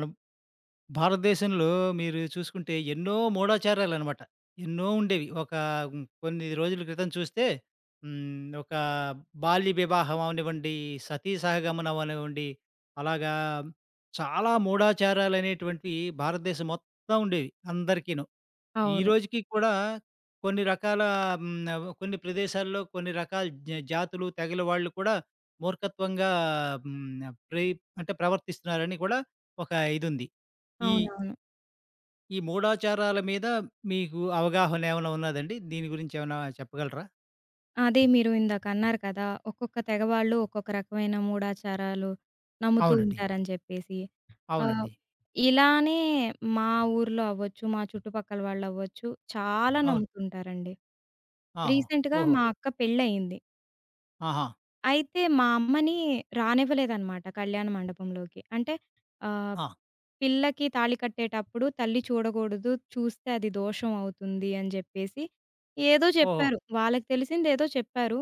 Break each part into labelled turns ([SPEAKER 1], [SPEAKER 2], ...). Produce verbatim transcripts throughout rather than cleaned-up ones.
[SPEAKER 1] మనం భారతదేశంలో మీరు చూసుకుంటే ఎన్నో మూఢాచారాలనమాట. ఎన్నో ఉండేవి. ఒక హ్మ్, కొన్ని రోజుల క్రితం చూస్తే హ్మ్, ఒక బాల్య వివాహం అవనివ్వండి, సతీ సహగమనం అవనివ్వండి, అలాగా చాలా మూఢాచారాలనేటువంటివి భారతదేశం మొత్తం ఉండేవి అందరికీను. ఈ
[SPEAKER 2] అవును.
[SPEAKER 1] రోజుకి కూడా కొన్ని రకాల హ్మ్, ఆహ్, కొన్ని ప్రదేశాల్లో కొన్ని రకాల జ జాతులు, తెగల వాళ్ళు కూడా మూర్ఖత్వంగా హ్మ్, ప్రే అంటే ప్రవర్తిస్తున్నారని కూడా ఒక ఇదుంది. ఈ
[SPEAKER 2] అవునవును.
[SPEAKER 1] ఈ మూఢాచారాల మీద మీకు అవగాహన ఏమైనా ఉన్నాదండి? దీని గురించి ఏమైనా చెప్పగలరా?
[SPEAKER 2] అదే మీరు ఇందాకన్నారు కదా! ఒక్కొక్క తెగ వాళ్ళు ఒక్కొక్క రకమైన మూఢాచారాలు నమ్ముతూ
[SPEAKER 1] అవునండి.
[SPEAKER 2] ఉంటారని చెప్పేసి. ఆహ్,
[SPEAKER 1] అవునండి.
[SPEAKER 2] ఇలానే మా ఊర్లో అవ్వచ్చు, మా చుట్టుపక్కల వాళ్ళవ్వచ్చు చాలా
[SPEAKER 1] అవును.
[SPEAKER 2] నమ్ముతుంటారండి.
[SPEAKER 1] ఆ!
[SPEAKER 2] రీసెంట్‌గా
[SPEAKER 1] ఓహో!
[SPEAKER 2] మా అక్క పెళ్లయింది.
[SPEAKER 1] ఆహా!
[SPEAKER 2] అయితే మా అమ్మని రానివ్వలేదనమాట కళ్యాణ మండపంలోకి. అంటే ఆహ్
[SPEAKER 1] ఆ!
[SPEAKER 2] పిల్లకి తాళి కట్టేటప్పుడు తల్లి చూడకూడదు. చూస్తే అది దోషం అవుతుంది అని జెప్పేసి ఏదో
[SPEAKER 1] ఓహో!
[SPEAKER 2] జెప్పారు. వాళ్ళకి తెలిసిందేదో చెప్పారు.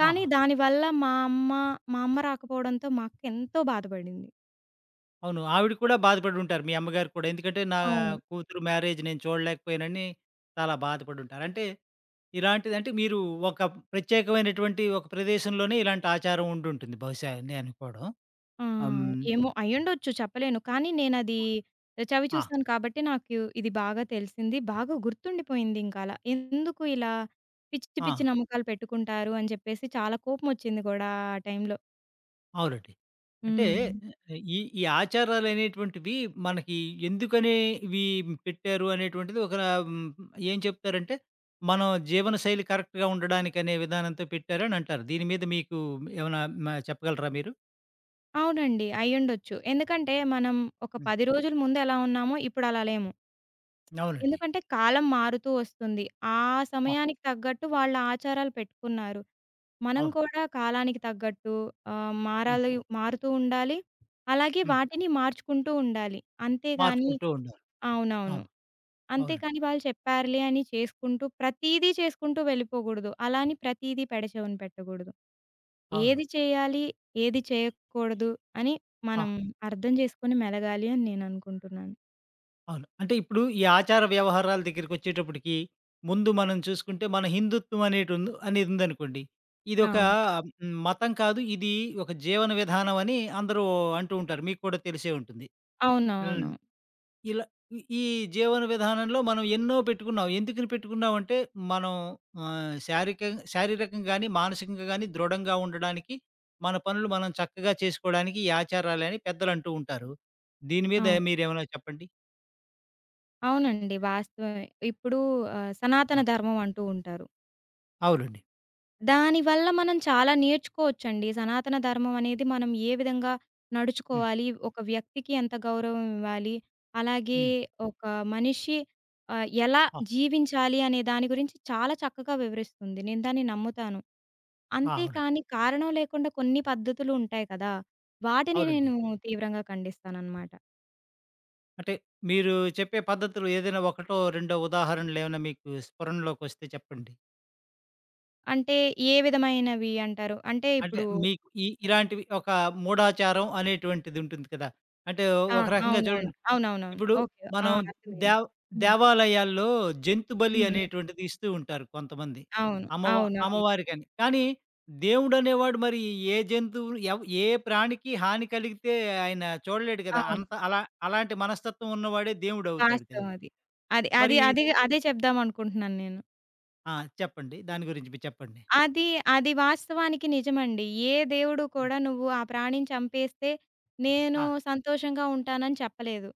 [SPEAKER 2] కానీ
[SPEAKER 1] ఆహా!
[SPEAKER 2] దానివల్ల మా అమ్మ, మా అమ్మ రాకపోవడంతో మా అక్క ఎంతో బాధపడింది.
[SPEAKER 1] అవును. ఆవిడ కూడా బాధపడుంటారు. మీ అమ్మగారు కూడా. ఎందుకంటే, నా
[SPEAKER 2] అవును.
[SPEAKER 1] కూతురు మ్యారేజ్ నేను చూడలేకపోయానని చాలా బాధపడుంటారు. అంటే ఇలాంటిదంటే మీరు ఒక ప్రత్యేకమైనటువంటి ఒక ప్రదేశంలోనే ఇలాంటి ఆచారం ఉండుంటుంది బహుశా అని అనుకోవడం.
[SPEAKER 2] ఆ!
[SPEAKER 1] హ్మ్.
[SPEAKER 2] ఏమో అయ్యుండొచ్చు చెప్పలేను. కానీ నేనది చవి
[SPEAKER 1] ఆ!
[SPEAKER 2] చూసాను కాబట్టి నాకు ఇది బాగా తెలిసింది. బాగా గుర్తుండిపోయిందింక అలా. ఎందుకు ఇలా పిచ్చి
[SPEAKER 1] ఆ!
[SPEAKER 2] పిచ్చి నమ్మకాలు పెట్టుకుంటారు అని జెప్పేసి చాలా కోపమొచ్చింది గూడా ఆ టైంలో.
[SPEAKER 1] అవునండి. అంటే
[SPEAKER 2] హ్మ్.
[SPEAKER 1] ఈ ఈ ఆచారాలనేటువంటివి మనకి ఎందుకని ఇవి పెట్టారు అనేటువంటిది ఒక హ్మ్, ఏం చెప్తారంటే, మన జీవనశైలి కరెక్ట్‌గా ఉండడానికనే విధానంతో పెట్టారని అంటారు. దీని మీద మీకు ఏమైనా మ చెప్పగలరా మీరు?
[SPEAKER 2] అవునండి. అయ్యుండొచ్చు. ఎందుకంటే, మనం ఒక
[SPEAKER 1] హ్మ్.
[SPEAKER 2] పది రోజుల ముందు ఎలా ఉన్నామో ఇప్పుడలా లేము.
[SPEAKER 1] అవునండి.
[SPEAKER 2] ఎందుకంటే, కాలం మారుతూ వస్తుంది. ఆ
[SPEAKER 1] ఆ!
[SPEAKER 2] సమయానికి తగ్గట్టు వాళ్ళ ఆచారాలు పెట్టుకున్నారు. మనం
[SPEAKER 1] అవును.
[SPEAKER 2] కూడా కాలానికి తగ్గట్టు ఆహ్,
[SPEAKER 1] హ్మ్.
[SPEAKER 2] మారాలి, మారుతూ ఉండాలి. అలాగే
[SPEAKER 1] హ్మ్.
[SPEAKER 2] వాటిని మార్చుకుంటూ ఉండాలి. అంతేగాని
[SPEAKER 1] మార్చుకుంటూ ఉండాలి.
[SPEAKER 2] అవునవును.
[SPEAKER 1] అవును. అవునండి.
[SPEAKER 2] అంతేకాని వాళ్ళు చెప్పారులే అని చేసుకుంటూ ప్రతీదీ చేసుకుంటూ వెళ్ళిపోకూడదు. అలా అని ప్రతీదీ పెడచెవిన పెట్టకూడదు.
[SPEAKER 1] అవును.
[SPEAKER 2] ఏది చేయాలి, ఏది చేయకూడదు అని
[SPEAKER 1] ఆ!
[SPEAKER 2] మనం అర్థం చేసుకొని మెలగాలి అని నేననుకుంటున్నాను.
[SPEAKER 1] అవును. అంటే ఇప్పుడు ఈ ఆచార వ్యవహారాల దగ్గరికొచ్చేటప్పటికి, ముందు మనం చూసుకుంటే మన హిందుత్వం అనేటుంది అనేదుందనుకోండి. ఇదొక
[SPEAKER 2] అవును.
[SPEAKER 1] హ్మ్, మతం కాదు. ఇది ఒక జీవన విధానం అని అందరూ అంటూ ఉంటారు. మీకు కూడా తెలిసే ఉంటుంది. హ్మ్.
[SPEAKER 2] అవునవును.
[SPEAKER 1] ఇలా ఈ ఈ జీవన విధానంలో మనం ఎన్నో పెట్టుకున్నాం. ఎందుకని పెట్టుకున్నామంటే, మనం ఆహ్, శారీక శారీరకంగా గాని, మానసికంగా గాని దృఢంగా ఉండడానికి, మన పనులు మనం చక్కగా చేసుకోవడానికి ఈ ఆచారాలని పెద్దలంటూ ఉంటారు. దీని మీద
[SPEAKER 2] అవును.
[SPEAKER 1] మీరేమైనా చెప్పండి?
[SPEAKER 2] అవునండి, వాస్తవమే. ఇప్పుడు ఆహ్, సనాతన
[SPEAKER 1] ఆ!
[SPEAKER 2] ధర్మం అంటూ ఉంటారు.
[SPEAKER 1] అవునండి.
[SPEAKER 2] దానివల్ల మనం చాలా నేర్చుకోవచ్చండి. సనాతన ధర్మం అనేది మనం ఏ విధంగా
[SPEAKER 1] హ్మ్.
[SPEAKER 2] నడుచుకోవాలి, ఒక వ్యక్తికి ఎంత గౌరవం ఇవ్వాలి, అలాగే
[SPEAKER 1] హ్మ్.
[SPEAKER 2] ఒక మనిషి ఆహ్, ఎలా
[SPEAKER 1] ఆ!
[SPEAKER 2] జీవించాలి అనే దాని గురించి చాలా చక్కగా వివరిస్తుంది. నేను దాన్ని నమ్ముతాను.
[SPEAKER 1] ఆ! అవునండి.
[SPEAKER 2] అంతేకాని కారణం లేకుండా కొన్ని పద్ధతులు ఉంటాయి కదా! వాటిని
[SPEAKER 1] అవునండి.
[SPEAKER 2] నేను తీవ్రంగా ఖండిస్తాననమాట.
[SPEAKER 1] అంటే మీరు చెప్పే పద్ధతులు ఏదైనా ఒకటో, రెండో ఉదాహరణలేమైనా మీకు స్ఫురణలోకొస్తే చెప్పండి.
[SPEAKER 2] అంటే ఏ విధమైనవి అంటారు? అంటే
[SPEAKER 1] అంటే
[SPEAKER 2] ఇప్పుడు
[SPEAKER 1] మీకు ఇ ఇలాంటివి ఒక మూఢాచారం అనేటువంటిదుంటుంది కదా! అంటే
[SPEAKER 2] ఆ!
[SPEAKER 1] ఒక రకంగా
[SPEAKER 2] అవునవును.
[SPEAKER 1] చూడండి
[SPEAKER 2] అవునవునవును.
[SPEAKER 1] ఇప్పుడు
[SPEAKER 2] ఓకే. ఆ!
[SPEAKER 1] మనం
[SPEAKER 2] అర్థమైంది.
[SPEAKER 1] దేవ్
[SPEAKER 2] హ్మ్.
[SPEAKER 1] దేవాలయాల్లో జంతు బలి
[SPEAKER 2] హ్మ్. హ్మ్.
[SPEAKER 1] అనేటువంటిది ఇస్తూ ఉంటారు కొంతమంది.
[SPEAKER 2] అవును.
[SPEAKER 1] అమ్మవా
[SPEAKER 2] అవునవును.
[SPEAKER 1] అమ్మవారికని. కానీ దేవుడనేవాడు మరి ఏ జంతువు ఎవ్ ఏ ప్రాణికి హాని కలిగితే ఆయన చూడలేడు కదా!
[SPEAKER 2] అవును.
[SPEAKER 1] అంత అలా అలాంటి మనస్తత్వం ఉన్నవాడే దేవుడవుతాడు కదా!
[SPEAKER 2] వాస్తవం అది. అది అది
[SPEAKER 1] మరి
[SPEAKER 2] అది అదే చెప్దామనుకుంటున్నాను నేను.
[SPEAKER 1] ఆ! చెప్పండి. దాని గురించి మీరు చెప్పండి.
[SPEAKER 2] అది అది వాస్తవానికి నిజమండి. ఏ దేవుడు
[SPEAKER 1] హ్మ్.
[SPEAKER 2] కూడా నువ్వు ఆ ప్రాణిని చంపేస్తే నేను
[SPEAKER 1] ఆ!
[SPEAKER 2] సంతోషంగా ఉంటానని చెప్పలేదు.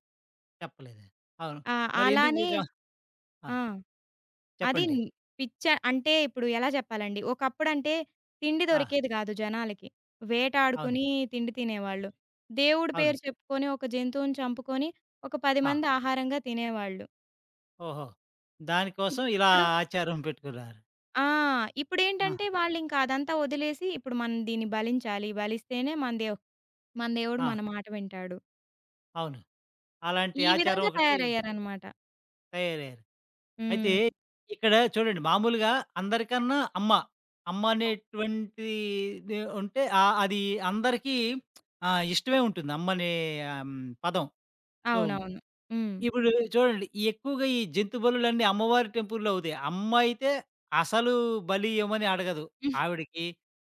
[SPEAKER 1] చెప్పలేదు. అవును.
[SPEAKER 2] ఆ!
[SPEAKER 1] మరి ఎందుకు
[SPEAKER 2] అలానే
[SPEAKER 1] జా ఆ!
[SPEAKER 2] ఆ! అది
[SPEAKER 1] చెప్పండి.
[SPEAKER 2] పిచ్చ అంటే ఇప్పుడు ఎలా చెప్పాలండి? ఒకప్పుడంటే తిండి
[SPEAKER 1] ఆ!
[SPEAKER 2] దొరికేది గాదు జనాలకి.
[SPEAKER 1] అవును.
[SPEAKER 2] వేటాడుకొని తిండి తినేవాళ్ళు. దేవుడి
[SPEAKER 1] అవును.
[SPEAKER 2] పేరు చెప్పుకొని ఒక జంతువుని చంపుకొని ఒక పది
[SPEAKER 1] ఆ!
[SPEAKER 2] మంది ఆహారంగా తినేవాళ్ళు.
[SPEAKER 1] ఓహో! దానికోసం ఇలా
[SPEAKER 2] ఇప్పుడు
[SPEAKER 1] ఆచారం పెట్టుకున్నారు.
[SPEAKER 2] ఆ!
[SPEAKER 1] ఆ!
[SPEAKER 2] ఇప్పుడేంటంటే వాళ్ళింక అదంతా వదిలేసి ఇప్పుడు మనం దీన్ని బలించాలి. బలిస్తేనే మన దేవ్ మన దేవుడు
[SPEAKER 1] ఆ!
[SPEAKER 2] మన మాట వింటాడు.
[SPEAKER 1] అవును. అలాంటి
[SPEAKER 2] ఈ
[SPEAKER 1] ఆచారం
[SPEAKER 2] విధంగా
[SPEAKER 1] ఒకటి
[SPEAKER 2] తయారయ్యారనమాట.
[SPEAKER 1] తయారయ్యారు. అయితే
[SPEAKER 2] హ్మ్.
[SPEAKER 1] ఇక్కడ చూడండి మామూలుగా అందరికన్నా అమ్మ. అమ్మ
[SPEAKER 2] అవును.
[SPEAKER 1] అనేటువంటిది ఉంటే ఆహ్, అది అందరికీ ఆహ్, ఇష్టమే ఉంటుంది. అమ్మనే ఆహ్, హ్మ్, పదం. సో
[SPEAKER 2] అవునవును. హ్మ్.
[SPEAKER 1] ఇప్పుడు చూడండి, ఈ ఎక్కువగా ఈ జంతు బలులన్నీ అమ్మవారి టెంపుల్‌లో అవుతాయి. అమ్మ అయితే అసలు బలి ఇవ్వమని అడగదు.
[SPEAKER 2] హ్మ్.
[SPEAKER 1] ఆవిడకి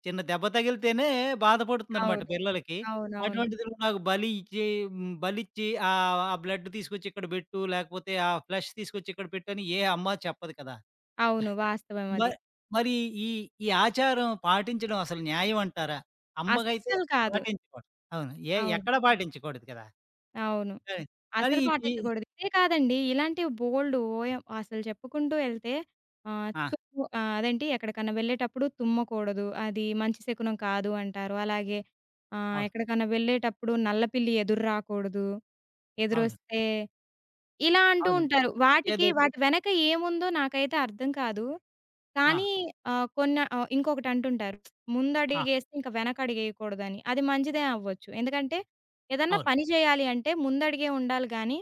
[SPEAKER 1] చిన్న దెబ్బ తగిలితేనే బాధపడుతుందనమాట
[SPEAKER 2] అవును.
[SPEAKER 1] పిల్లలకి.
[SPEAKER 2] అవునవును.
[SPEAKER 1] అటువంటిది నువ్వు నాకు బలి ఇచ్చి హ్మ్, బలిచ్చి ఆహ్, ఆ బ్లడ్ తీసుకొచ్చి ఇక్కడ బెట్టు, లేకపోతే ఆ ఫ్లష్ తీసుకొచ్చి ఇక్కడ పెట్టని ఏ అమ్మ చెప్పదు కదా!
[SPEAKER 2] అవును. వాస్తవం
[SPEAKER 1] మ
[SPEAKER 2] అది.
[SPEAKER 1] మరి ఈ ఈ ఆచారం పాటించడం అసలు న్యాయం అంటారా? అమ్మకైతే
[SPEAKER 2] అస్సలు కాదు.
[SPEAKER 1] పాటించకూడదు. అవును. ఏ
[SPEAKER 2] అవును.
[SPEAKER 1] ఎక్కడ పాటించకూడదు కదా!
[SPEAKER 2] అవును.
[SPEAKER 1] కానీ, కానీ
[SPEAKER 2] అసలు
[SPEAKER 1] ఇది
[SPEAKER 2] పాటించకూడదు. ఇదే కాదండి, ఇలాంటివి బోలెడు ఓయం అసలు చెప్పుకుంటూ ఎళ్తే ఆహ్,
[SPEAKER 1] ఆ!
[SPEAKER 2] తుమ్ము, ఆహ్, అదేంటి ఎక్కడికన్నా వెళ్ళేటప్పుడు తుమ్మకూడదు. అది మంచి శకునం కాదు అంటారు. అలాగే ఆహ్,
[SPEAKER 1] అవును.
[SPEAKER 2] ఎక్కడికన్నా వెళ్ళేటప్పుడు నల్లపిల్లి ఎదురు రాకూడదు.
[SPEAKER 1] అవును.
[SPEAKER 2] ఎదురొస్తే ఇలా అంటూ
[SPEAKER 1] అవును.
[SPEAKER 2] ఉంటారు. వాటికి
[SPEAKER 1] ఏదో
[SPEAKER 2] వాటి వెనక ఏముందో నాకైతే అర్థం కాదు.
[SPEAKER 1] ఆ!
[SPEAKER 2] కానీ ఆహ్, కొన్న ఆహ్, ఇంకొకటి అంటుంటారు.
[SPEAKER 1] ఆ!
[SPEAKER 2] ముందడుగేస్తే ఇంక వెనకడుగేయకూడదని. అది మంచిదే అవ్వచ్చు. ఎందుకంటే ఏదన్నా
[SPEAKER 1] అవును.
[SPEAKER 2] పని చేయాలి అంటే ముందడుగే ఉండాలి గానీ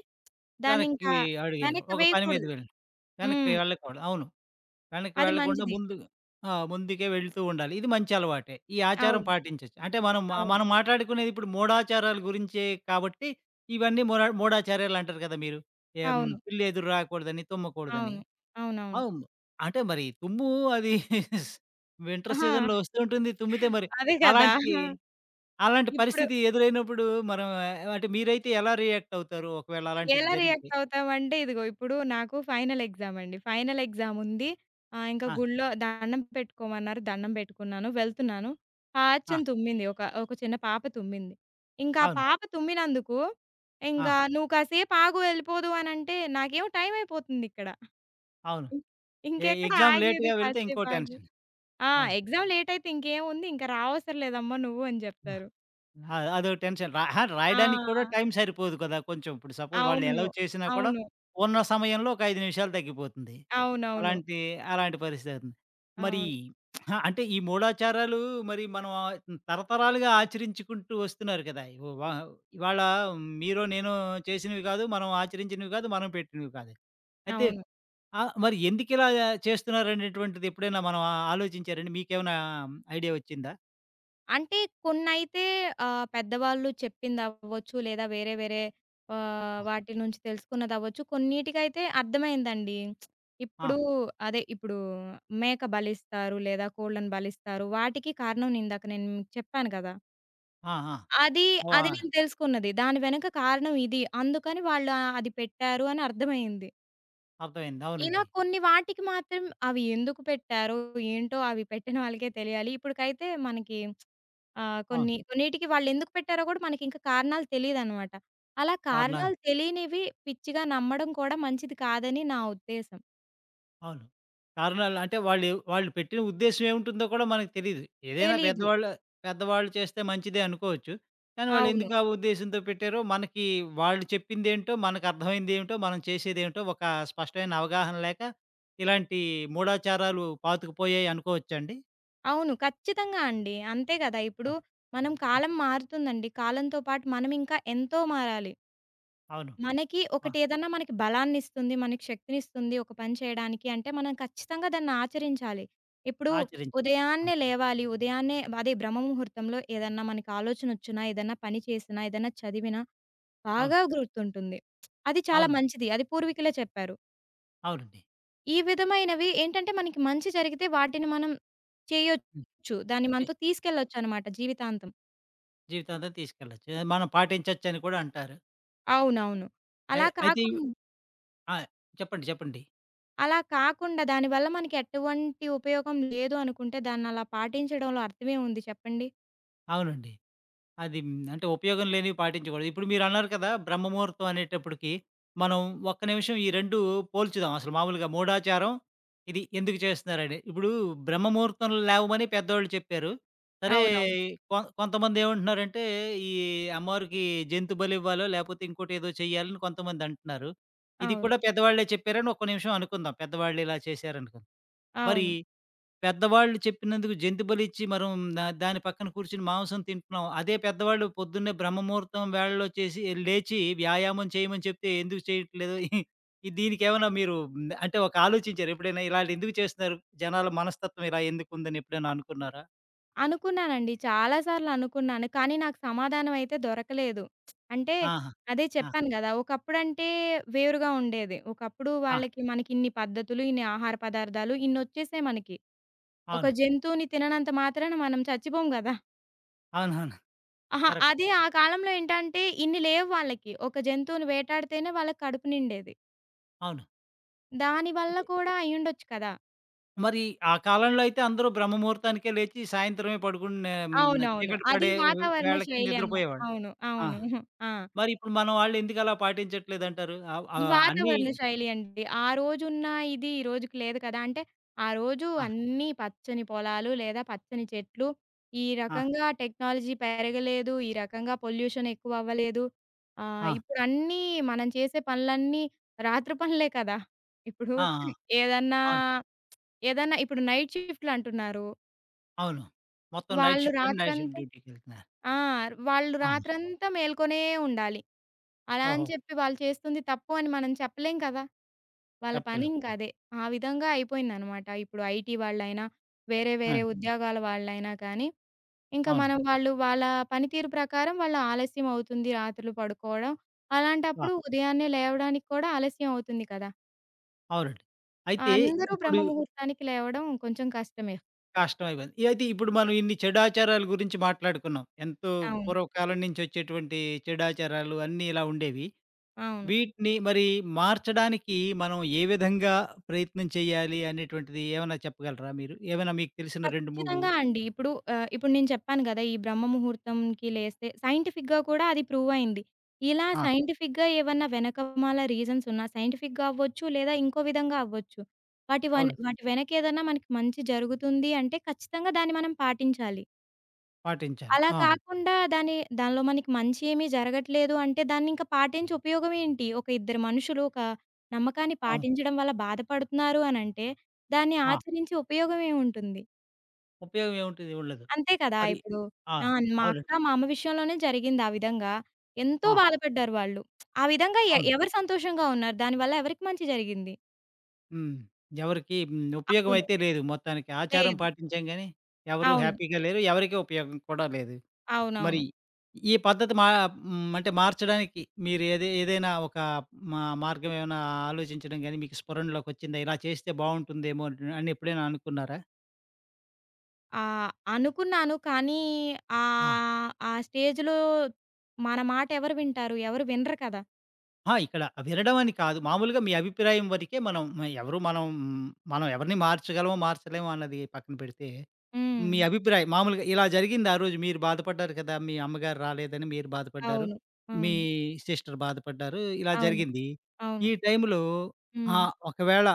[SPEAKER 1] వెనక్కి
[SPEAKER 2] దాన్నింకా
[SPEAKER 1] అడిగే
[SPEAKER 2] వెనక్కి
[SPEAKER 1] ఒక పని మీద
[SPEAKER 2] వేయకూడదు.
[SPEAKER 1] వెళ్ళాను. వెనక్కి
[SPEAKER 2] హ్మ్.
[SPEAKER 1] వెళ్ళకూడదు. అవును. వెనక్కి
[SPEAKER 2] అది
[SPEAKER 1] వెళ్ళకుండా
[SPEAKER 2] మంచిది.
[SPEAKER 1] ముందు ఆ! ముందుకే వెళ్తూ ఉండాలి. ఇది మంచి అలవాటే. ఈ ఆచారం
[SPEAKER 2] అవును.
[SPEAKER 1] పాటించొచ్చు. అంటే మనం మా-
[SPEAKER 2] అవును.
[SPEAKER 1] మనం మాట్లాడుకునేది ఇప్పుడు మూఢాచారాల గురించే కాబట్టి ఇవన్నీ మూఢ మూఢాచార్యాలు అంటారు కదా మీరు. ఏం
[SPEAKER 2] అవును.
[SPEAKER 1] పిల్లి ఎదురు రాకూడదని, తుమ్మకూడదని.
[SPEAKER 2] అవును. అవునవును.
[SPEAKER 1] అవును. అంటే మరి తుమ్ము అది వింటర్
[SPEAKER 2] అహా!
[SPEAKER 1] సీజన్‌లో వస్తూ ఉంటుంది. తుమ్మితే మరి
[SPEAKER 2] అదే కదా!
[SPEAKER 1] అలాంటి అలాంటి
[SPEAKER 2] ఇప్పుడు
[SPEAKER 1] పరిస్థితి ఎదురైనప్పుడు మనం ఆహ్, అంటే మీరైతే ఎలా రియాక్ట్ అవుతారు? ఒకవేళ అలాంటిది
[SPEAKER 2] ఎలా
[SPEAKER 1] జరిగితే?
[SPEAKER 2] రియాక్ట్ అవుతామంటే, ఇదిగో ఇప్పుడు నాకు ఫైనల్ ఎగ్జామ్ అండి. ఫైనల్ ఎగ్జామ్ ఉంది. ఆహ్, ఇంకా
[SPEAKER 1] ఆ!
[SPEAKER 2] గుడిలో దండం పెట్టుకోమన్నారు. దండం పెట్టుకున్నాను. వెళ్తున్నాను.
[SPEAKER 1] ఆ!
[SPEAKER 2] పాచ్చని తుమ్మింది. ఒక, ఒక చిన్న పాప తుమ్మింది. ఇంకా ఆ
[SPEAKER 1] అవును.
[SPEAKER 2] పాప తుమ్మినందుకు
[SPEAKER 1] ఆ!
[SPEAKER 2] ఇంకా "నువ్వు కాసేపు ఆగు వెళ్ళిపోదు" అనంటే, నాకేమో టైం అయిపోతుందిక్కడ.
[SPEAKER 1] అవును. ఎ
[SPEAKER 2] ఇంకెక్కడ
[SPEAKER 1] ఎగ్జామ్
[SPEAKER 2] ఆగేది
[SPEAKER 1] లేట్‌గా వెళ్తే ఇంకో
[SPEAKER 2] కాసేపు ఆగి.
[SPEAKER 1] టెన్షన్.
[SPEAKER 2] ఆ!
[SPEAKER 1] అవును.
[SPEAKER 2] ఎగ్జామ్ లేటయితే ఇంకేముంది, ఇంక రావసరం లేదమ్మా నువ్వు అని జెప్తారు.
[SPEAKER 1] ఆ! అదో టెన్షన్. రా అహా!
[SPEAKER 2] ఆ!
[SPEAKER 1] రాయడానికి కూడా టైం సరిపోదు కదా! కొంచెం ఇప్పుడు సపోజ్ వాళ్ళు
[SPEAKER 2] అవును.
[SPEAKER 1] అలౌ చేసినా కూడా,
[SPEAKER 2] అవును.
[SPEAKER 1] ఉన్న సమయంలో ఒక ఐదు నిమిషాలు తగ్గిపోతుంది.
[SPEAKER 2] అవునవును.
[SPEAKER 1] అలాంటి, అలాంటి పరిస్థితి అవుతుంది. మరి
[SPEAKER 2] అవును.
[SPEAKER 1] హా, అంటే ఈ మూఢాచారాలు మరి మనం ఆహ్, తరతరాలుగా ఆచరించుకుంటూ వస్తున్నారు కదా! ఇవ వ ఇవాళ మీరో, నేనో చేసినవి కాదు. మనం ఆచరించినవి కాదు. మనం పెట్టినవి కాదు. అయితే
[SPEAKER 2] అవును.
[SPEAKER 1] ఆహ్, మరి ఎందుకిలా చేస్తున్నారనేటువంటిది ఎప్పుడైనా మనం ఆ- ఆలోచించారండి? మీకేమైనా ఐడియా వచ్చిందా?
[SPEAKER 2] అంటే కొన్నైతే ఆహ్, పెద్దవాళ్ళు చెప్పిందవ్వచ్చు, లేదా వేరే వేరే ఆహ్,
[SPEAKER 1] ఆ!
[SPEAKER 2] వాటి నుంచి తెలుసుకున్నదవ్వచ్చు. కొన్నిటికైతే అర్థమైందండి.
[SPEAKER 1] ఆ!
[SPEAKER 2] ఇప్పుడు అదే ఇప్పుడు మేక బలిస్తారు, లేదా కోళ్ళని బలిస్తారు. వాటికి కారణం ఇందాక నేను మీకు చెప్పాను గదా!
[SPEAKER 1] ఆ! ఆ!
[SPEAKER 2] అది, అది
[SPEAKER 1] ఓహ్!
[SPEAKER 2] నేను తెలుసుకున్నది. దాని వెనక కారణం ఇది. అందుకని వాళ్ళు ఆహ్, అది పెట్టారు అని అర్థమయింది.
[SPEAKER 1] అర్థమైంది.
[SPEAKER 2] ఇలా
[SPEAKER 1] అవునండి.
[SPEAKER 2] కొన్ని వాటికి మాత్రం అవి ఎందుకు పెట్టారో, ఏంటో అవి పెట్టిన వాళ్ళకే తెలియాలి. ఇప్పటికైతే మనకి ఆహ్,
[SPEAKER 1] అవును.
[SPEAKER 2] కొన్ని కొన్నిటికి వాళ్ళెందుకు పెట్టారో కూడా మనకింకా కారణాలు తెలీదనమాట. అలా
[SPEAKER 1] కారణాలు
[SPEAKER 2] కారణాలు తెలియనివి పిచ్చిగా నమ్మడం కూడా మంచిది కాదని నా ఉద్దేశం.
[SPEAKER 1] అవును. కారణాలు అంటే వాళ్ళు వాళ్ళు పెట్టిన ఉద్దేశ్యం ఏముంటుందో కూడా మనకు తెలీదు. ఏదైనా
[SPEAKER 2] తెలీదు.
[SPEAKER 1] పెద్దవాళ్ళు పెద్దవాళ్ళు చేస్తే మంచిదే అనుకోవచ్చు. కానీ వాళ్ళు
[SPEAKER 2] అవును.
[SPEAKER 1] ఎందుకు ఆ ఉద్దేశంతో పెట్టారో మనకి వాళ్ళు చెప్పిందేంటో, మనకు అర్థమైందేంటో, మనం చేసేదేంటో ఒక స్పష్టమైన అవగాహన లేక ఇలాంటి మూఢాచారాలు పాతుకుపోయాయి అనుకోవచ్చండి?
[SPEAKER 2] అవును. ఖచ్చితంగా అండి. అంతే గదా! ఇప్పుడు
[SPEAKER 1] అవును.
[SPEAKER 2] మనం కాలం మారుతుందండి. కాలంతో పాటు మనమింకా ఎంతో మారాలి.
[SPEAKER 1] అవును.
[SPEAKER 2] మనకి
[SPEAKER 1] ఆ!
[SPEAKER 2] ఒకటేదన్నా మనకి బలాన్నిస్తుంది. మనకి శక్తినిస్తుంది ఒక పని చేయడానికి అంటే, మనం ఖచ్చితంగా దాన్ని ఆచరించాలి. ఇప్పుడు
[SPEAKER 1] ఆచరించాలి. అవును.
[SPEAKER 2] ఉదయాన్నే లేవాలి. ఉదయాన్నే అదే బ్రహ్మ ముహూర్తంలో ఏదన్నా మనకి ఆలోచనొచ్చినా, ఏదన్నా పని చేసినా, ఏదన్నా చదివినా
[SPEAKER 1] అవును.
[SPEAKER 2] బాగా గుర్తుంటుంది. అది చాలా
[SPEAKER 1] అవునండి.
[SPEAKER 2] మంచిది. అది పూర్వీకులే చెప్పారు.
[SPEAKER 1] అవునండి.
[SPEAKER 2] ఈ విధమైనవి ఏంటంటే, మనకి మంచి జరిగితే వాటిని మనం
[SPEAKER 1] హ్మ్.
[SPEAKER 2] చేయొచ్చు. దాన్ని మనతో తీసుకెళ్ళొచ్చనమాట జీవితాంతం.
[SPEAKER 1] జీవితాంతం తీసుకెళ్ళొచ్చు. మనం పాటించొచ్చని కూడా అంటారు.
[SPEAKER 2] అవునవును.
[SPEAKER 1] అయి
[SPEAKER 2] అలా
[SPEAKER 1] అయితే
[SPEAKER 2] కాకుం
[SPEAKER 1] ఆ! చెప్పండి. చెప్పండి.
[SPEAKER 2] అలా కాకుండా దానివల్ల మనకి ఎటువంటి ఉపయోగం లేదు అనుకుంటే దాన్నలా పాటించడంలో అర్థమే ఉంది చెప్పండి?
[SPEAKER 1] అవునండి. అది హ్మ్, అంటే ఉపయోగం లేనివి పాటించకూడదు. ఇప్పుడు మీరన్నారు కదా! బ్రహ్మ ముహూర్తం అనేటప్పటికి మనం ఒక్క నిమిషం ఈ రెండు పోల్చుదాం. అసలు మామూలుగా మూఢాచారం, ఇది ఎందుకు చేస్తున్నారని. ఇప్పుడు బ్రహ్మ ముహూర్తంలో లేవమని పెద్దోళ్ళు చెప్పారు. సరే
[SPEAKER 2] అవునవును.
[SPEAKER 1] కొ కొంతమందేమంటున్నారంటే ఈ అమ్మవారికి జంతు బలివ్వాలో లేపోతే ఇంకోటేదో చేయాలని కొంతమందంటున్నారు. ఇది
[SPEAKER 2] అవును.
[SPEAKER 1] కూడా పెద్దవాళ్ళే చెప్పారని ఒక్క నిమిషం అనుకుందాం. పెద్దవాళ్ళు ఇలా చేశారనుకుందాం. మరి
[SPEAKER 2] అవును.
[SPEAKER 1] పెద్దవాళ్ళు చెప్పినందుకు జంతు బలిచ్చి మనం దా దాని పక్కన కూర్చొని మాంసం తింటున్నాం. అదే పెద్దవాళ్ళు పొద్దున్నే బ్రహ్మముహూర్తం వేళలో చేసి లేచి వ్యాయామం చేయమని చెప్తే ఎందుకు చేయట్లేదు? ఈ దీనికేమన్నా మీరు హ్మ్, అంటే ఒక ఆలోచించారా ఎప్పుడైనా ఇలాంటియి ఎందుకు చేస్తున్నారు? జనాల మనస్తత్వం ఇలా ఎందుకుందని ఎప్పుడైనా అనుకున్నారా?
[SPEAKER 2] అనుకున్నానండి. చాలా సార్లు అనుకున్నాను. కానీ నాకు సమాధానం అయితే దొరకలేదు. అంటే
[SPEAKER 1] ఆహా!
[SPEAKER 2] అదే
[SPEAKER 1] ఆ!
[SPEAKER 2] చెప్పాను గదా! ఒకప్పుడంటే వేరుగా ఉండేది. ఒకప్పుడు
[SPEAKER 1] ఆ!
[SPEAKER 2] వాళ్ళకి మనకిన్ని పద్ధతులు, ఇన్ని ఆహార పదార్థాలు ఇన్నొచ్చేసాయి మనకి. ఒక
[SPEAKER 1] అవును.
[SPEAKER 2] జంతువుని తిననంత మాత్రాన మనం చచ్చిపోము గదా!
[SPEAKER 1] అవునవును.
[SPEAKER 2] అహా!
[SPEAKER 1] కరెక్ట్.
[SPEAKER 2] అదే ఆ కాలంలో ఏంటంటే ఇన్ని లేవు వాళ్ళకి. ఒక జంతువుని వేటాడితేనే వాళ్ళకి కడుపు నిండేది.
[SPEAKER 1] అవును.
[SPEAKER 2] దాని వల్ల
[SPEAKER 1] అయితే
[SPEAKER 2] కూడా అయ్యుండొచ్చు కదా!
[SPEAKER 1] మరి ఆ కాలంలో అయితే అందరూ బ్రహ్మముహూర్తానికే లేచి సాయంత్రమే పడుకునే హ్మ్,
[SPEAKER 2] అవునవును.
[SPEAKER 1] చీకటి
[SPEAKER 2] అది
[SPEAKER 1] పడే
[SPEAKER 2] వాతావరణ
[SPEAKER 1] వేళకి
[SPEAKER 2] శైలి అన్నమాట.
[SPEAKER 1] నిద్రపోయేవాళ్ళు.
[SPEAKER 2] అవును.
[SPEAKER 1] ఆ!
[SPEAKER 2] అవును. ఆ!
[SPEAKER 1] మరి ఇప్పుడు మన వాళ్ళు ఎందుకలా పాటించట్లేదంటారు? ఆవ్ ఆహ్, అన్నీ
[SPEAKER 2] వాతావరణ శైలి అండి. ఆ రోజున్న ఇది ఈ రోజుకి లేదు కదా! అంటే ఆ రోజు
[SPEAKER 1] ఆ!
[SPEAKER 2] అన్నీ పచ్చని పొలాలు లేదా పచ్చని చెట్లు. ఈ
[SPEAKER 1] అన్నీ ఆ!
[SPEAKER 2] రకంగా టెక్నాలజీ పెరగలేదు. ఈ రకంగా పొల్యూషన్ ఎక్కువ అవ్వలేదు. ఆహ్,
[SPEAKER 1] ఆ! ఆ!
[SPEAKER 2] ఇప్పుడన్నీ మనం చేసే పనులన్నీ రాత్రి పనులే కదా! ఇప్పుడు
[SPEAKER 1] ఆ!
[SPEAKER 2] ఏదన్నా,
[SPEAKER 1] అవును.
[SPEAKER 2] ఏదన్నా ఇప్పుడు నైట్ షిఫ్ట్‌లంటున్నారు.
[SPEAKER 1] అవును. మొత్తం నైట్
[SPEAKER 2] వాళ్ళు
[SPEAKER 1] షిఫ్ట్ అని నైట్ షిఫ్ట్
[SPEAKER 2] రాత్రంతా
[SPEAKER 1] డ్యూటీకెళ్తున్నారు.
[SPEAKER 2] ఆ! వాళ్ళు
[SPEAKER 1] ఆహా!
[SPEAKER 2] రాత్రంతా మేల్కొనే ఉండాలి. అలా అని
[SPEAKER 1] ఓహో!
[SPEAKER 2] చెప్పి వాళ్ళు చేస్తుంది తప్పు అని మనం చెప్పలేం కదా! వాళ్ళ పని
[SPEAKER 1] చెప్పలేం.
[SPEAKER 2] ఇంక అదే. ఆ విధంగా అయిపోయిందనమాట. ఇప్పుడు ఐటీ వాళ్ళైనా, వేరే
[SPEAKER 1] ఆ!
[SPEAKER 2] వేరే ఉద్యోగాల వాళ్ళైనా కానీ, ఇంకా
[SPEAKER 1] అవును.
[SPEAKER 2] మనం వాళ్ళు వాళ్ళ పనితీరు ప్రకారం వాళ్ళు ఆలస్యం అవుతుంది రాత్రులు పడుకోవడం.
[SPEAKER 1] ఆ!
[SPEAKER 2] అలాంటప్పుడు ఉదయాన్నే లేవడానికి కూడా ఆలస్యం అవుతుంది కదా!
[SPEAKER 1] అవునండి. అయితే
[SPEAKER 2] అందరూ బ్రహ్మ
[SPEAKER 1] ఇప్పుడు
[SPEAKER 2] ముహూర్తానికి లేవడం కొంచెం కష్టమే.
[SPEAKER 1] కష్టమైపోయింది. అయితే ఇప్పుడు
[SPEAKER 2] అవును.
[SPEAKER 1] మనం ఇన్ని చెడాచారాల గురించి మాట్లాడుకున్నాం. ఎంతో
[SPEAKER 2] అవును.
[SPEAKER 1] పూర్వకాలం నుంచి వచ్చేటువంటి చెడాచారాలు అన్నీ ఇలా ఉండేవి.
[SPEAKER 2] అవును.
[SPEAKER 1] వీటిని మరి మార్చడానికి మనం ఏ విధంగా ప్రయత్నం చేయాలి అనేటువంటిది ఏమైనా చెప్పగలరా మీరు? ఏమైనా మీకు తెలిసిన రెండు, మూడు
[SPEAKER 2] ఖచ్చితంగా అండి. ఇప్పుడు ఆహ్, ఇప్పుడు నేను చెప్పాను గదా! ఈ బ్రహ్మ ముహూర్తంకి లేస్తే సైంటిఫిక్‌గా కూడా అది ప్రూవ్ అయింది. ఇలా
[SPEAKER 1] ఆ!
[SPEAKER 2] సైంటిఫిక్‌గా ఏవన్నా వెనకమాల రీజన్స్ ఉన్నా సైంటిఫిక్‌గా అవ్వచ్చు, లేదా ఇంకో విధంగా అవ్వచ్చు. వాటి వన్
[SPEAKER 1] అవునండి.
[SPEAKER 2] వాటి వెనక ఏదన్నా మనకి మంచి జరుగుతుంది అంటే ఖచ్చితంగా దాన్ని మనం పాటించాలి.
[SPEAKER 1] పాటించాలి.
[SPEAKER 2] అలా
[SPEAKER 1] ఆ!
[SPEAKER 2] కాకుండా దాని దానిలో మనకి మంచి ఏమీ జరగట్లేదు అంటే దాన్ని ఇంకా పాటించి ఉపయోగం ఏంటి? ఒక ఇద్దరు మనుషులు ఒక నమ్మకాన్ని
[SPEAKER 1] అవును.
[SPEAKER 2] పాటించడం వల్ల బాధపడుతున్నారు అనంటే దాన్ని
[SPEAKER 1] ఆ!
[SPEAKER 2] ఆచరించి ఉపయోగం ఏముంటుంది?
[SPEAKER 1] ఉపయోగం ఏముంటది? ఉండదు.
[SPEAKER 2] అంతే కదా!
[SPEAKER 1] మరి
[SPEAKER 2] ఇప్పుడు
[SPEAKER 1] ఆ!
[SPEAKER 2] ఆ! మా అక్క,
[SPEAKER 1] అవునండి.
[SPEAKER 2] మా అమ్మ విషయంలోనే జరిగింది ఆ విధంగా. ఎంతో
[SPEAKER 1] ఆహా!
[SPEAKER 2] బాధపడ్డారు వాళ్ళు. ఆ విధంగా ఎ
[SPEAKER 1] అవును.
[SPEAKER 2] ఎవరు సంతోషంగా ఉన్నారు? దానివల్ల ఎవరికి మంచి జరిగింది?
[SPEAKER 1] హ్మ్. ఎవరికీ హ్మ్. ఉపయోగం
[SPEAKER 2] అవును.
[SPEAKER 1] అయితే లేదు మొత్తానికి. ఆచారం
[SPEAKER 2] లేదు.
[SPEAKER 1] పాటించాం గానీ, ఎవరు
[SPEAKER 2] అవును.
[SPEAKER 1] హ్యాపీగా లేరు. ఎవరికీ ఉపయోగం కూడా లేదు. మరి
[SPEAKER 2] అవునవును.
[SPEAKER 1] ఈ పద్ధతి మా హ్మ్. అంటే మార్చడానికి మీరు ఏదే ఏదైనా ఒక మా మార్గం ఏమైనా ఆలోచించడం గానీ, మీకు స్ఫురణలోకొచ్చిందా? ఇలా చేస్తే బావుంటుందేమో అని ఎప్పుడైనా అనుకున్నారా?
[SPEAKER 2] ఆహ్, అనుకున్నాను, కానీ
[SPEAKER 1] ఆ!
[SPEAKER 2] ఆహ్, ఆ స్టేజ్‌లో మన మాట ఎవరు వింటారు? ఎవరు వినరు కదా!
[SPEAKER 1] ఆ! ఇక్కడ వినడం అని కాదు. మామూలుగా మీ అభిప్రాయం వరకే మనం మ- ఎవరు మనం మనం ఎవరిని మార్చగలమో, మార్చలేమో అన్నది పక్కన పెడితే
[SPEAKER 2] హ్మ్.
[SPEAKER 1] మీ అభిప్రాయం మామూలుగా ఇలా జరిగింది ఆ రోజు మీరు బాధపడ్డారు కదా! మీ అమ్మగారు రాలేదని మీరు బాధపడ్డారు.
[SPEAKER 2] అవును.
[SPEAKER 1] మీ
[SPEAKER 2] అవును.
[SPEAKER 1] సిస్టర్ బాధపడ్డారు. ఇలా
[SPEAKER 2] అవును.
[SPEAKER 1] జరిగింది.
[SPEAKER 2] అవును.
[SPEAKER 1] ఈ టైంలో
[SPEAKER 2] హ్మ్.
[SPEAKER 1] ఆహ్, ఒకవేళ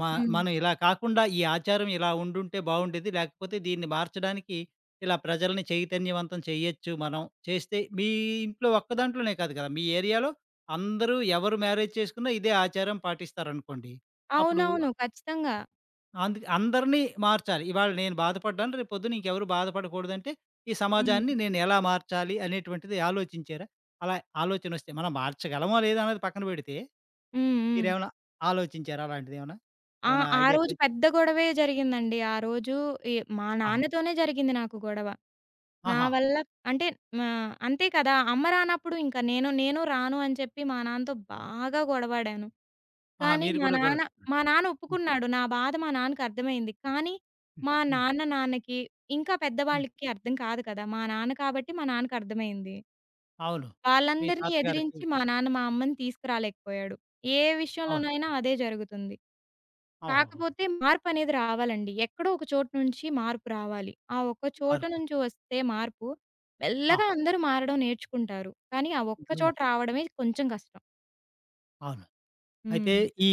[SPEAKER 1] మ
[SPEAKER 2] హ్మ్.
[SPEAKER 1] మనం ఇలా కాకుండా ఈ ఆచారం ఇలా ఉండుంటే బావుండేది. లేకపోతే దీన్ని మార్చడానికి ఇలా ప్రజల్ని చైతన్యవంతం చేయొచ్చు మనం. చేస్తే మీ ఇంట్లో ఒక్క దాంట్లోనే కాదు కదా! మీ ఏరియాలో అందరూ ఎవరు మ్యారేజ్ చేసుకున్నా ఇదే ఆచారం పాటిస్తారనుకోండి. అప్పుడు
[SPEAKER 2] అవునవును. ఖచ్చితంగా.
[SPEAKER 1] అందుకే అందరినీ మార్చాలి. ఇవాళ నేను బాధపడ్డాను. రేపు పొద్దున ఇంకెవరు బాధపడకూడదంటే, ఈ
[SPEAKER 2] హ్మ్.
[SPEAKER 1] సమాజాన్ని నేను ఎలా మార్చాలి అనేటువంటిది ఆలోచించారా? అలా ఆలోచనొస్తే మనం మార్చగలమో లేదా అన్నది పక్కన పెడితే,
[SPEAKER 2] హ్మ్. హ్మ్.
[SPEAKER 1] మీరేమైనా ఆలోచించారా అలాంటిదేమన్నా?
[SPEAKER 2] ఆ!
[SPEAKER 1] ఏమైనా
[SPEAKER 2] ఆ
[SPEAKER 1] ఐడియాకొ
[SPEAKER 2] రోజు పెద్ద గొడవే జరిగిందండి. ఆ రోజు ఎ మా
[SPEAKER 1] ఆహా!
[SPEAKER 2] నాన్నతోనే జరిగింది నాకు గొడవ. నా
[SPEAKER 1] ఆహా!
[SPEAKER 2] వల్ల అంటే మా అంతే కదా! అమ్మ రానప్పుడు ఇంక నేను నేను రాను అని చెప్పి మా నాన్నతో బాగా గొడవాడాను.
[SPEAKER 1] ఆహా!
[SPEAKER 2] కానీ
[SPEAKER 1] మీరు
[SPEAKER 2] మా
[SPEAKER 1] కూడా గొడవ
[SPEAKER 2] నాన్న
[SPEAKER 1] పడ్డారు.
[SPEAKER 2] మా నాన్న
[SPEAKER 1] హ్మ్.
[SPEAKER 2] ఒప్పుకున్నాడు. నా బాధ మా నాన్నకి అర్థమైంది. కానీ
[SPEAKER 1] హ్మ్.
[SPEAKER 2] మా
[SPEAKER 1] హ్మ్.
[SPEAKER 2] నాన్న నాన్నకి ఇంకా
[SPEAKER 1] హ్మ్.
[SPEAKER 2] పెద్దవాళ్ళకి అర్థం కాదు కదా! మా నాన్న కాబట్టి మా నాన్నకి అర్థమైంది.
[SPEAKER 1] అవును. మీ
[SPEAKER 2] వాళ్ళందరిని
[SPEAKER 1] తాతగారికి
[SPEAKER 2] ఎదిరించి మా నాన్న మా అమ్మని తీసుకురాలేకపోయాడు. ఏ
[SPEAKER 1] అవును.
[SPEAKER 2] విషయంలోనైనా అదే జరుగుతుంది.
[SPEAKER 1] ఓహోహో!
[SPEAKER 2] కాకపోతే మార్పనేది రావాలండి. ఎక్కడో ఒక చోటు నుంచి మార్పు రావాలి. ఆ ఒక్క చోటు
[SPEAKER 1] మార్పు.
[SPEAKER 2] నుంచి వస్తే మార్పు,
[SPEAKER 1] ఆ!
[SPEAKER 2] మెల్లగా అందరూ మారడం నేర్చుకుంటారు. కానీ ఆ ఒక్క చోట రావడమే కొంచెం కష్టం.
[SPEAKER 1] అవును. అయితే
[SPEAKER 2] హ్మ్.
[SPEAKER 1] ఈ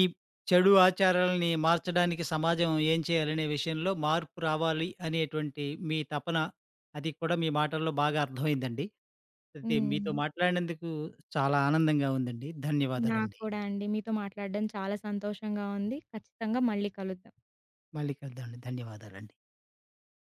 [SPEAKER 1] చెడు ఆచారాలని మార్చడానికి సమాజం ఏం చేయాలనే విషయంలో మార్పు రావాలి అనేటువంటి మీ తపన, అది కూడా మీ మాటల్లో బాగా అర్థమైందండి. అయితే మీతో
[SPEAKER 2] హ్మ్.
[SPEAKER 1] మాట్లాడినందుకు చాలా ఆనందంగా ఉందండి.
[SPEAKER 2] నాకు
[SPEAKER 1] ధన్యవాదాలండి.
[SPEAKER 2] కూడా అండి. మీతో మాట్లాడడం చాలా సంతోషంగా ఉంది. ఖచ్చితంగా మళ్ళీ కలుద్దాం.
[SPEAKER 1] మళ్ళీ కలుద్దామండి. ధన్యవాదాలండి.